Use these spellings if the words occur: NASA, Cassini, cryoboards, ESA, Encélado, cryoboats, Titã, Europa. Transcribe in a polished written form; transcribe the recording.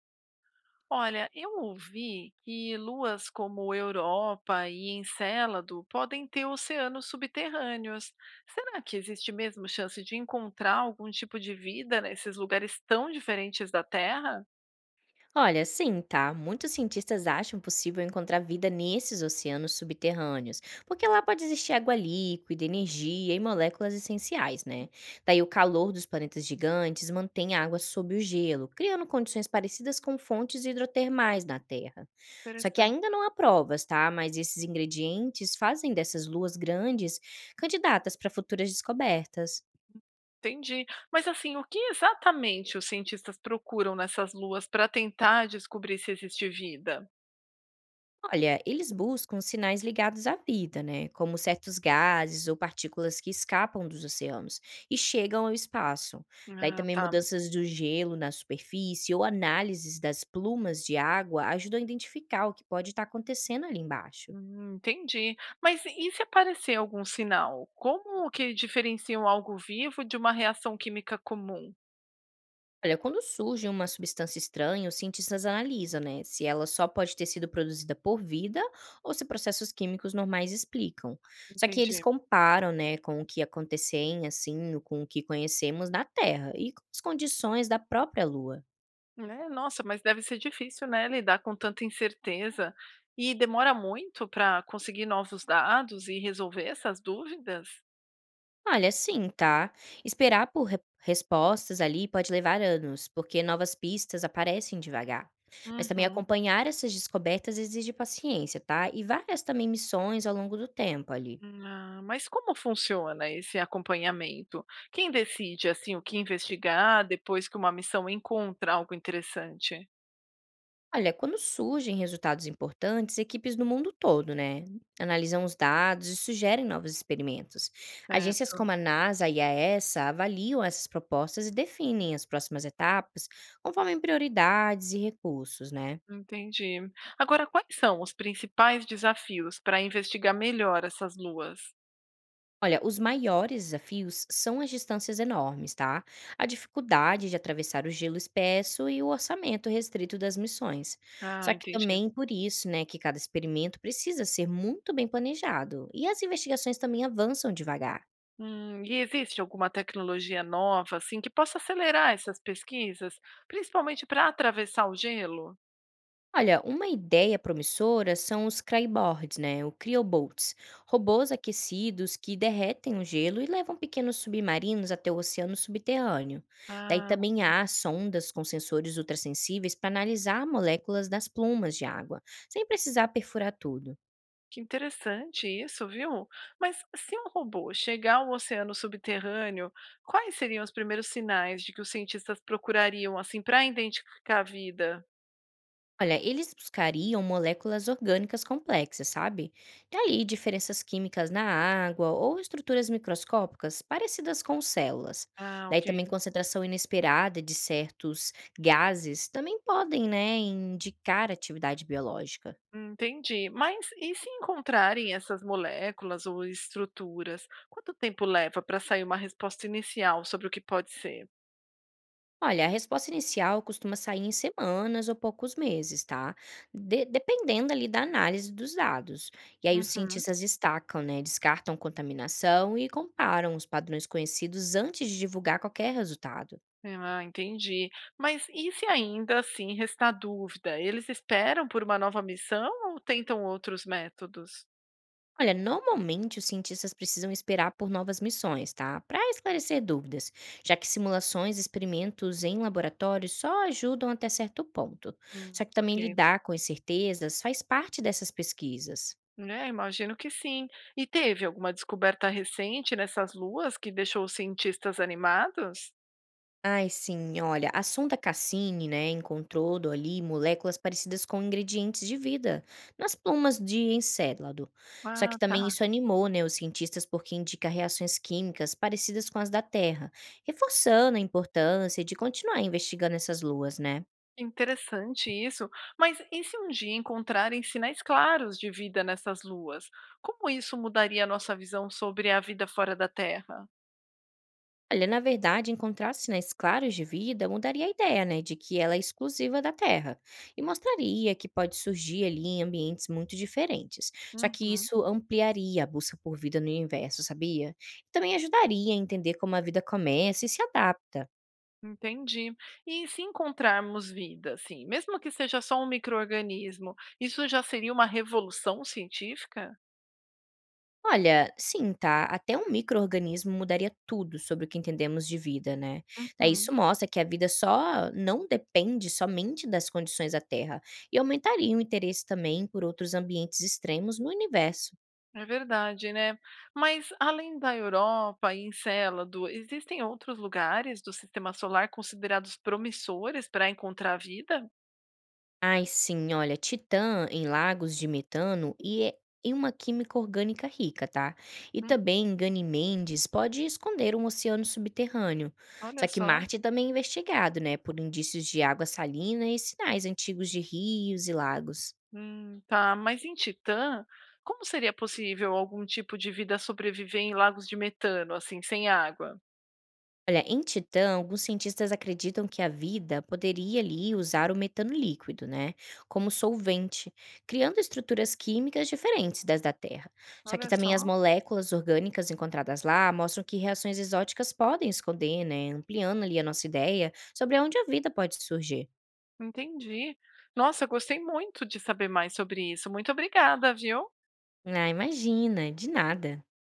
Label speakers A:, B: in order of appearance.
A: Olha, eu ouvi que luas como Europa e Encélado podem ter oceanos subterrâneos. Será que existe mesmo chance de encontrar algum tipo de vida nesses lugares tão diferentes da Terra?
B: Olha, sim, tá. Muitos cientistas acham possível encontrar vida nesses oceanos subterrâneos, porque lá pode existir água líquida, energia e moléculas essenciais, né? Daí o calor dos planetas gigantes mantém a água sob o gelo, criando condições parecidas com fontes hidrotermais na Terra. Só que
A: Interessante.
B: ainda não há provas, tá? Mas esses ingredientes fazem dessas luas grandes candidatas para futuras descobertas.
A: Entendi. Mas assim, o que exatamente os cientistas procuram nessas luas para tentar descobrir se existe vida?
B: Olha, eles buscam sinais ligados à vida, né? Como certos gases ou partículas que escapam dos oceanos e chegam ao espaço. Daí
A: Ah,
B: também
A: tá.
B: mudanças do gelo na superfície ou análises das plumas de água ajudam a identificar o que pode estar acontecendo ali embaixo.
A: Entendi. Mas e se aparecer algum sinal? Como que diferenciam algo vivo de uma reação química comum?
B: Olha, quando surge uma substância estranha, os cientistas analisam, né, se ela só pode ter sido produzida por vida ou se processos químicos normais explicam. Só que eles
A: Entendi.
B: comparam, né, com o que acontecem, assim, com o que conhecemos na Terra e com as condições da própria Lua.
A: Né, nossa, mas deve ser difícil, né, lidar com tanta incerteza. E demora muito para conseguir novos dados e resolver essas dúvidas?
B: Olha, sim, tá? Esperar por respostas ali pode levar anos, porque novas pistas aparecem devagar. Mas também
A: Uhum.
B: acompanhar essas descobertas exige paciência, tá? E várias também missões ao longo do tempo ali.
A: Ah, mas como funciona esse acompanhamento? Quem decide assim o que investigar depois que uma missão encontra algo interessante?
B: Olha, quando surgem resultados importantes, equipes do mundo todo, né, analisam os dados e sugerem novos experimentos. Agências
A: Certo,
B: como a NASA e a ESA avaliam essas propostas e definem as próximas etapas conforme prioridades e recursos, né?
A: entendi. Agora, quais são os principais desafios para investigar melhor essas luas?
B: Olha, os maiores desafios são as distâncias enormes, tá? A dificuldade de atravessar o gelo espesso e o orçamento restrito das missões.
A: Ah,
B: Só que
A: entendi.
B: também por isso, né, que cada experimento precisa ser muito bem planejado e as investigações também avançam devagar.
A: E existe alguma tecnologia nova, assim, que possa acelerar essas pesquisas, principalmente para atravessar o gelo?
B: Olha, uma ideia promissora são os cryboards, né? O cryoboats, robôs aquecidos que derretem o gelo e levam pequenos submarinos até o oceano subterrâneo. Daí
A: Ah,
B: também
A: ok.
B: há sondas com sensores ultrassensíveis para analisar moléculas das plumas de água, sem precisar perfurar tudo.
A: Que interessante isso, viu? Mas se um robô chegar ao oceano subterrâneo, quais seriam os primeiros sinais de que os cientistas procurariam, assim, para identificar a vida?
B: Olha, eles buscariam moléculas orgânicas complexas, sabe? E ali diferenças químicas na água ou estruturas microscópicas parecidas com células.
A: Ah,
B: Daí
A: ok,
B: também concentração inesperada de certos gases também podem, né, indicar atividade biológica.
A: entendi. Mas e se encontrarem essas moléculas ou estruturas? Quanto tempo leva para sair uma resposta inicial sobre o que pode ser?
B: Olha, a resposta inicial costuma sair em semanas ou poucos meses, tá? Dependendo ali da análise dos dados. E aí os
A: Uhum.
B: cientistas destacam, né? Descartam contaminação e comparam os padrões conhecidos antes de divulgar qualquer resultado.
A: Ah, entendi. Mas e se ainda assim restar dúvida? Eles esperam por uma nova missão ou tentam outros métodos?
B: Olha, normalmente os cientistas precisam esperar por novas missões, tá? Para esclarecer dúvidas, já que simulações e experimentos em laboratórios só ajudam até certo ponto. Só que também
A: Ok.
B: lidar com incertezas faz parte dessas pesquisas.
A: É, imagino que sim. E teve alguma descoberta recente nessas luas que deixou os cientistas animados?
B: Ai, sim, olha, a sonda Cassini, né, encontrou do ali moléculas parecidas com ingredientes de vida nas plumas de Encélado. Só
A: Ah,
B: que também
A: tá.
B: isso animou, né, os cientistas porque indica reações químicas parecidas com as da Terra, reforçando a importância de continuar investigando essas luas, né?
A: Interessante isso. Mas e se um dia encontrarem sinais claros de vida nessas luas? Como isso mudaria a nossa visão sobre a vida fora da Terra?
B: Olha, na verdade, encontrar sinais claros de vida mudaria a ideia, né, de que ela é exclusiva da Terra e mostraria que pode surgir ali em ambientes muito diferentes. Só que
A: Uhum.
B: isso ampliaria a busca por vida no universo, sabia? E também ajudaria a entender como a vida começa e se adapta.
A: Entendi. E se encontrarmos vida, assim, mesmo que seja só um microorganismo, isso já seria uma revolução científica?
B: Olha, sim, tá? Até um microorganismo mudaria tudo sobre o que entendemos de vida, né? Daí
A: Uhum,
B: isso mostra que a vida só não depende somente das condições da Terra e aumentaria o interesse também por outros ambientes extremos no universo.
A: é verdade, né? Mas além da Europa e Encélado, existem outros lugares do sistema solar considerados promissores para encontrar vida?
B: Ai sim, olha, titã em lagos de metano e é e uma química orgânica rica, tá? E
A: Hum,
B: também Ganymedes pode esconder um oceano subterrâneo.
A: olha
B: Só que
A: só.
B: Marte também é investigado, né, por indícios de água salina e sinais antigos de rios e lagos.
A: Tá, mas em Titã, como seria possível algum tipo de vida sobreviver em lagos de metano, assim, sem água?
B: Olha, em Titã, alguns cientistas acreditam que a vida poderia ali usar o metano líquido, né, como solvente, criando estruturas químicas diferentes das da Terra. Só que
A: Olha
B: também as
A: só.
B: moléculas orgânicas encontradas lá mostram que reações exóticas podem esconder, né, ampliando ali a nossa ideia sobre onde a vida pode surgir.
A: Entendi. Nossa, eu gostei muito de saber mais sobre isso. Muito obrigada, viu?
B: Ah, imagina, de nada.